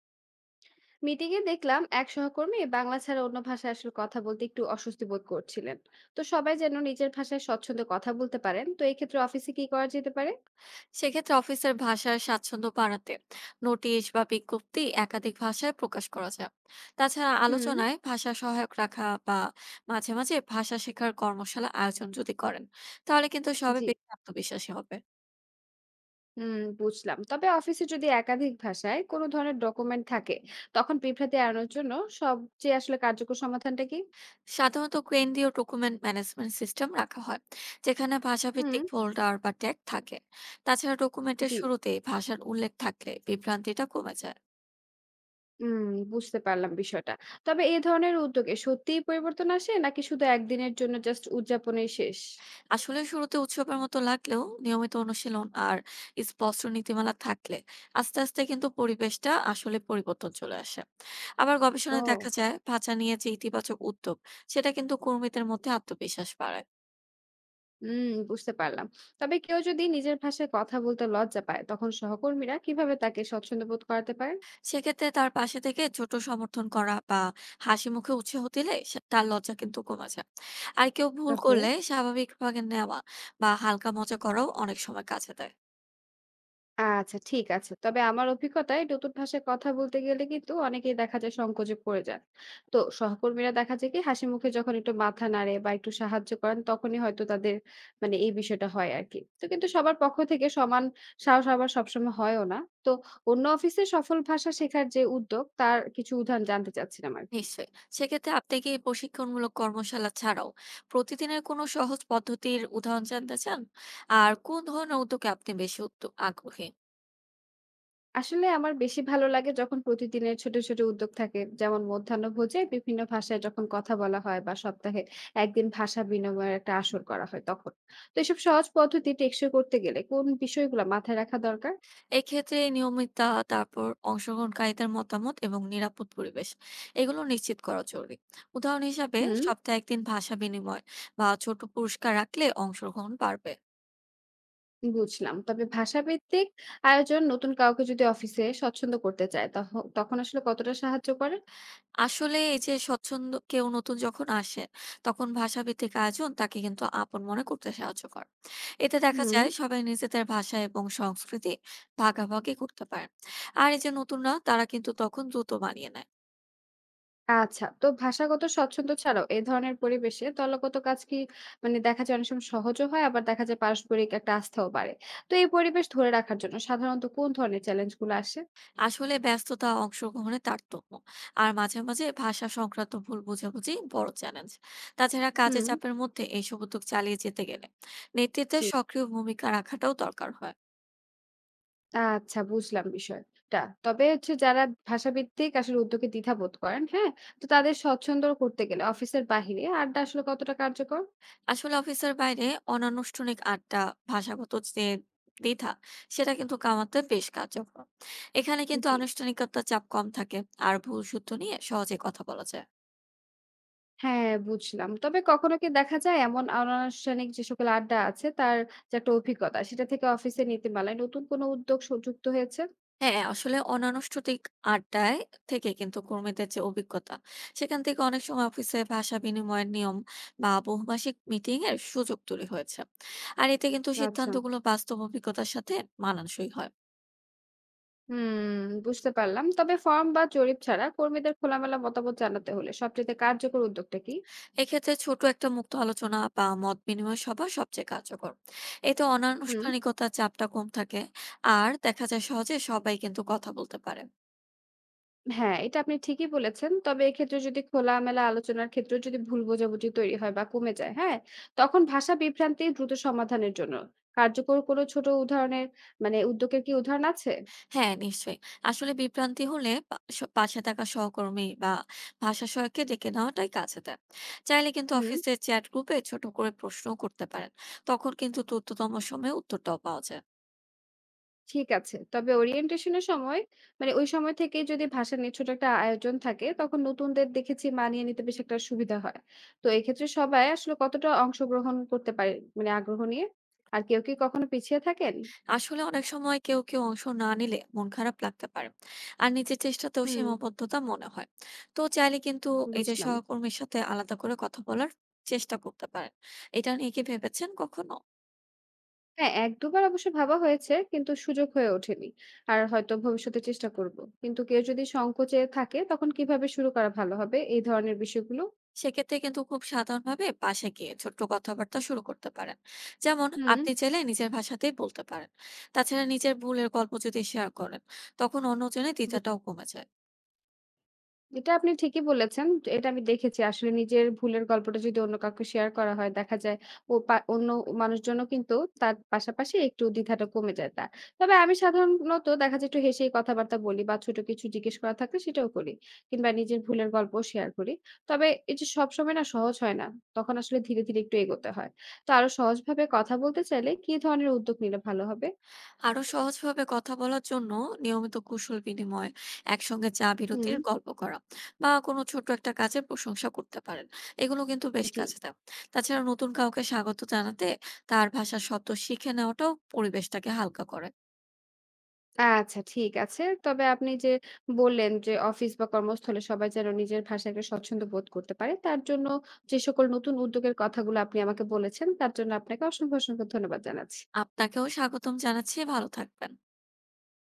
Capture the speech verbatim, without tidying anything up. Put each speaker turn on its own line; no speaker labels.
Meeting এ দেখলাম এক সহকর্মী বাংলা ছাড়া অন্য ভাষায় আসলে কথা বলতে একটু অস্বস্তি বোধ করছিলেন। তো সবাই যেন নিজের ভাষায় স্বচ্ছন্দে কথা বলতে পারেন, তো এই ক্ষেত্রে অফিসে কি করা যেতে পারে?
সেক্ষেত্রে অফিসের ভাষার স্বাচ্ছন্দ্য বাড়াতে নোটিশ বা বিজ্ঞপ্তি একাধিক ভাষায় প্রকাশ করা যায়। তাছাড়া
হুম।
আলোচনায় ভাষা সহায়ক রাখা বা মাঝে মাঝে ভাষা শেখার কর্মশালা আয়োজন যদি করেন, তাহলে কিন্তু সবে
জি।
বেশি আত্মবিশ্বাসী হবে।
হুম, বুঝলাম। তবে অফিসে যদি একাধিক ভাষায় কোনো ধরনের ডকুমেন্ট থাকে, তখন বিভ্রান্তি এড়ানোর জন্য সবচেয়ে আসলে কার্যকর সমাধানটা কি?
সাধারণত কেন্দ্রীয় ডকুমেন্ট ম্যানেজমেন্ট সিস্টেম রাখা হয়, যেখানে
হুম।
ভাষাভিত্তিক ফোল্ডার বা ট্যাগ থাকে। তাছাড়া ডকুমেন্টের
জি।
শুরুতেই ভাষার উল্লেখ থাকলে বিভ্রান্তিটা কমে যায়।
হুম, বুঝতে পারলাম বিষয়টা। তবে এই ধরনের উদ্যোগে সত্যিই পরিবর্তন আসে নাকি শুধু একদিনের জন্য জাস্ট উদযাপনেই শেষ?
আসলে শুরুতে উৎসবের মতো লাগলেও নিয়মিত অনুশীলন আর স্পষ্ট নীতিমালা থাকলে আস্তে আস্তে কিন্তু পরিবেশটা আসলে পরিবর্তন চলে আসে। আবার গবেষণায়
ও।
দেখা যায়, ভাষা নিয়ে যে ইতিবাচক উদ্যোগ, সেটা কিন্তু কর্মীদের মধ্যে আত্মবিশ্বাস বাড়ায়।
হুম, বুঝতে পারলাম। তবে কেউ যদি নিজের ভাষায় কথা বলতে লজ্জা পায়, তখন সহকর্মীরা কিভাবে তাকে স্বচ্ছন্দ বোধ করাতে পারে?
সেক্ষেত্রে তার পাশে থেকে ছোট সমর্থন করা বা হাসি মুখে উৎসাহ দিলে সে- তার লজ্জা কিন্তু কমে যায়। আর কেউ ভুল
ওকে।
করলে স্বাভাবিকভাবে নেওয়া বা হালকা মজা করাও অনেক সময় কাজে দেয়।
আচ্ছা, ঠিক আছে। তবে আমার অভিজ্ঞতায় নতুন ভাষায় কথা বলতে গেলে কিন্তু অনেকেই দেখা যায় সংকোচে পড়ে যায়। তো সহকর্মীরা দেখা যায় কি হাসি মুখে যখন একটু মাথা নাড়ে বা একটু সাহায্য করেন তখনই হয়তো তাদের মানে এই বিষয়টা হয় আর কি। তো কিন্তু সবার পক্ষ থেকে সমান সাহস আবার সবসময় হয়ও না। তো অন্য অফিসে সফল ভাষা শেখার যে উদ্যোগ তার কিছু উদাহরণ জানতে চাচ্ছিলাম আর কি।
নিশ্চয়ই। সেক্ষেত্রে আপনি কি এই প্রশিক্ষণমূলক কর্মশালা ছাড়াও প্রতিদিনের কোনো সহজ পদ্ধতির উদাহরণ জানতে চান? আর কোন ধরনের উদ্যোগে আপনি বেশি উদ্য আগ্রহী?
আসলে আমার বেশি ভালো লাগে যখন প্রতিদিনের ছোট ছোট উদ্যোগ থাকে, যেমন মধ্যাহ্নভোজে বিভিন্ন ভাষায় যখন কথা বলা হয় বা সপ্তাহে একদিন ভাষা বিনিময়ের একটা আসর করা হয় তখন। তো এসব সহজ পদ্ধতি টেকসই করতে গেলে কোন বিষয়গুলো মাথায় রাখা দরকার?
এক্ষেত্রে নিয়মিততা, তারপর অংশগ্রহণকারীদের মতামত এবং নিরাপদ পরিবেশ, এগুলো নিশ্চিত করা জরুরি। উদাহরণ হিসাবে
হুম।
সপ্তাহে এক দিন ভাষা বিনিময় বা ছোট পুরস্কার রাখলে অংশগ্রহণ বাড়বে।
বুঝলাম। তবে ভাষাভিত্তিক আয়োজন নতুন কাউকে যদি অফিসে স্বচ্ছন্দ করতে চায় তখন তখন আসলে কতটা সাহায্য করে?
আসলে এই যে স্বচ্ছন্দ, কেউ নতুন যখন আসে তখন ভাষাভিত্তিক আয়োজন তাকে কিন্তু আপন মনে করতে সাহায্য করে। এতে দেখা
হুম।
যায় সবাই নিজেদের ভাষা এবং সংস্কৃতি ভাগাভাগি করতে পারে। আর এই যে নতুনরা, তারা কিন্তু তখন দ্রুত মানিয়ে নেয়।
আচ্ছা। তো ভাষাগত স্বচ্ছন্দ্য ছাড়াও এ ধরনের পরিবেশে দলগত কাজ কি মানে দেখা যায় অনেক সময় সহজও হয়, আবার দেখা যায় পারস্পরিক একটা আস্থাও বাড়ে। তো এই পরিবেশ ধরে রাখার জন্য সাধারণত কোন ধরনের চ্যালেঞ্জগুলো আসে?
আসলে ব্যস্ততা, অংশগ্রহণের তারতম্য আর মাঝে মাঝে ভাষা সংক্রান্ত ভুল বোঝাবুঝি বড় চ্যালেঞ্জ। তাছাড়া কাজের
হুম।
চাপের মধ্যে এইসব উদ্যোগ চালিয়ে যেতে গেলে নেতৃত্বের
জি।
সক্রিয় ভূমিকা রাখাটাও দরকার হয়।
আচ্ছা, বুঝলাম বিষয়টা। তবে হচ্ছে যারা ভাষাভিত্তিক আসলে উদ্যোগে দ্বিধাবোধ করেন, হ্যাঁ? তো তাদের স্বচ্ছন্দ করতে গেলে অফিসের বাহিরে আড্ডা আসলে কতটা কার্যকর?
আসলে অফিসের বাইরে অনানুষ্ঠানিক আড্ডা ভাষাগত যে দ্বিধা, সেটা কিন্তু কমাতে বেশ কার্যকর। এখানে কিন্তু
জি।
আনুষ্ঠানিকতার চাপ কম থাকে আর ভুল সূত্র নিয়ে সহজে কথা বলা যায়।
হ্যাঁ, বুঝলাম। তবে কখনো কি দেখা যায় এমন অনানুষ্ঠানিক যে সকল আড্ডা আছে তার যে একটা অভিজ্ঞতা সেটা থেকে অফিসের নীতিমালায় নতুন কোনো উদ্যোগ স যুক্ত হয়েছে?
হ্যাঁ, আসলে অনানুষ্ঠানিক আড্ডায় থেকে কিন্তু কর্মীদের যে অভিজ্ঞতা, সেখান থেকে অনেক সময় অফিসে ভাষা বিনিময়ের নিয়ম বা বহুভাষিক মিটিং এর সুযোগ তৈরি হয়েছে। আর এতে কিন্তু
আচ্ছা।
সিদ্ধান্তগুলো বাস্তব অভিজ্ঞতার সাথে মানানসই হয়।
হুম, বুঝতে পারলাম। তবে ফর্ম বা জরিপ ছাড়া কর্মীদের খোলামেলা মতামত জানাতে হলে সবচাইতে কার্যকর উদ্যোগটা কি?
এক্ষেত্রে ছোট একটা মুক্ত আলোচনা বা মত বিনিময় সভা সবচেয়ে কার্যকর। এতে
হুম।
অনানুষ্ঠানিকতার চাপটা কম থাকে আর দেখা যায় সহজে সবাই কিন্তু কথা বলতে পারে।
হ্যাঁ, এটা আপনি ঠিকই বলেছেন। তবে এক্ষেত্রে যদি খোলামেলা আলোচনার ক্ষেত্রেও যদি ভুল বোঝাবুঝি তৈরি হয় বা কমে যায়, হ্যাঁ? তখন ভাষা বিভ্রান্তি দ্রুত সমাধানের জন্য কার্যকর কোনো ছোট উদাহরণের মানে উদ্যোগের কি উদাহরণ আছে?
হ্যাঁ, নিশ্চয়ই। আসলে বিভ্রান্তি হলে পা স পাশে থাকা সহকর্মী বা ভাষা সহায়ককে ডেকে নেওয়াটাই কাজে দেয়। চাইলে কিন্তু
হুম।
অফিসের চ্যাট গ্রুপে ছোট করে প্রশ্নও করতে পারেন। তখন কিন্তু দ্রুততম সময়ে উত্তরটাও পাওয়া যায়।
ঠিক আছে। তবে ওরিয়েন্টেশন এর সময় মানে ওই সময় থেকেই যদি ভাষা নিয়ে ছোট একটা আয়োজন থাকে, তখন নতুনদের দেখেছি মানিয়ে নিতে বেশ একটা সুবিধা হয়। তো এক্ষেত্রে সবাই আসলে কতটা অংশগ্রহণ করতে পারে মানে আগ্রহ নিয়ে? আর কেউ কি কখনো পিছিয়ে থাকেন?
আসলে অনেক সময় কেউ কেউ অংশ না নিলে মন খারাপ লাগতে পারে আর নিজের চেষ্টাতেও
হুম,
সীমাবদ্ধতা মনে হয়। তো চাইলে কিন্তু এই যে
বুঝলাম।
সহকর্মীর সাথে আলাদা করে কথা বলার চেষ্টা করতে পারেন। এটা নিয়ে কি ভেবেছেন কখনো?
হ্যাঁ, এক দুই বার অবশ্য ভাবা হয়েছে কিন্তু সুযোগ হয়ে ওঠেনি। আর হয়তো ভবিষ্যতে চেষ্টা করব। কিন্তু কেউ যদি সংকোচে থাকে তখন কিভাবে শুরু করা ভালো হবে এই ধরনের বিষয়গুলো?
সেক্ষেত্রে কিন্তু খুব সাধারণভাবে পাশে গিয়ে ছোট্ট কথাবার্তা শুরু করতে পারেন। যেমন,
হুম।
আপনি চাইলে নিজের ভাষাতেই বলতে পারেন। তাছাড়া নিজের ভুলের গল্প যদি শেয়ার করেন, তখন অন্যজনের
জি,
দ্বিধাটাও কমে যায়।
এটা আপনি ঠিকই বলেছেন। এটা আমি দেখেছি। আসলে নিজের ভুলের গল্পটা যদি অন্য কাউকে শেয়ার করা হয়, দেখা যায় ও পা অন্য মানুষজনও কিন্তু তার পাশাপাশি একটু দ্বিধাটা কমে যায় তার। তবে আমি সাধারণত দেখা যায় একটু হেসেই কথাবার্তা বলি বা ছোট কিছু জিজ্ঞেস করা থাকলে সেটাও করি। কিংবা নিজের ভুলের গল্পও শেয়ার করি। তবে এই যে সবসময় না সহজ হয় না। তখন আসলে ধীরে, ধীরে একটু এগোতে হয়। তো আরো সহজভাবে কথা বলতে চাইলে কি ধরনের উদ্যোগ নিলে ভালো হবে?
আরো সহজভাবে কথা বলার জন্য নিয়মিত কুশল বিনিময়, একসঙ্গে চা
হুম।
বিরতির গল্প করা বা কোনো ছোট একটা কাজের প্রশংসা করতে পারেন। এগুলো কিন্তু বেশ
জি।
কাজে দেয়। তাছাড়া নতুন কাউকে স্বাগত জানাতে তার ভাষার শব্দ শিখে নেওয়াটাও পরিবেশটাকে হালকা করে।
আচ্ছা, ঠিক আছে। তবে আপনি যে বললেন যে অফিস বা কর্মস্থলে সবাই যেন নিজের ভাষায় একটা স্বচ্ছন্দ বোধ করতে পারে, তার জন্য যে সকল নতুন উদ্যোগের কথাগুলো আপনি আমাকে বলেছেন, তার জন্য আপনাকে অসংখ্য, অসংখ্য ধন্যবাদ জানাচ্ছি।
আপনাকেও স্বাগতম জানাচ্ছি, ভালো থাকবেন।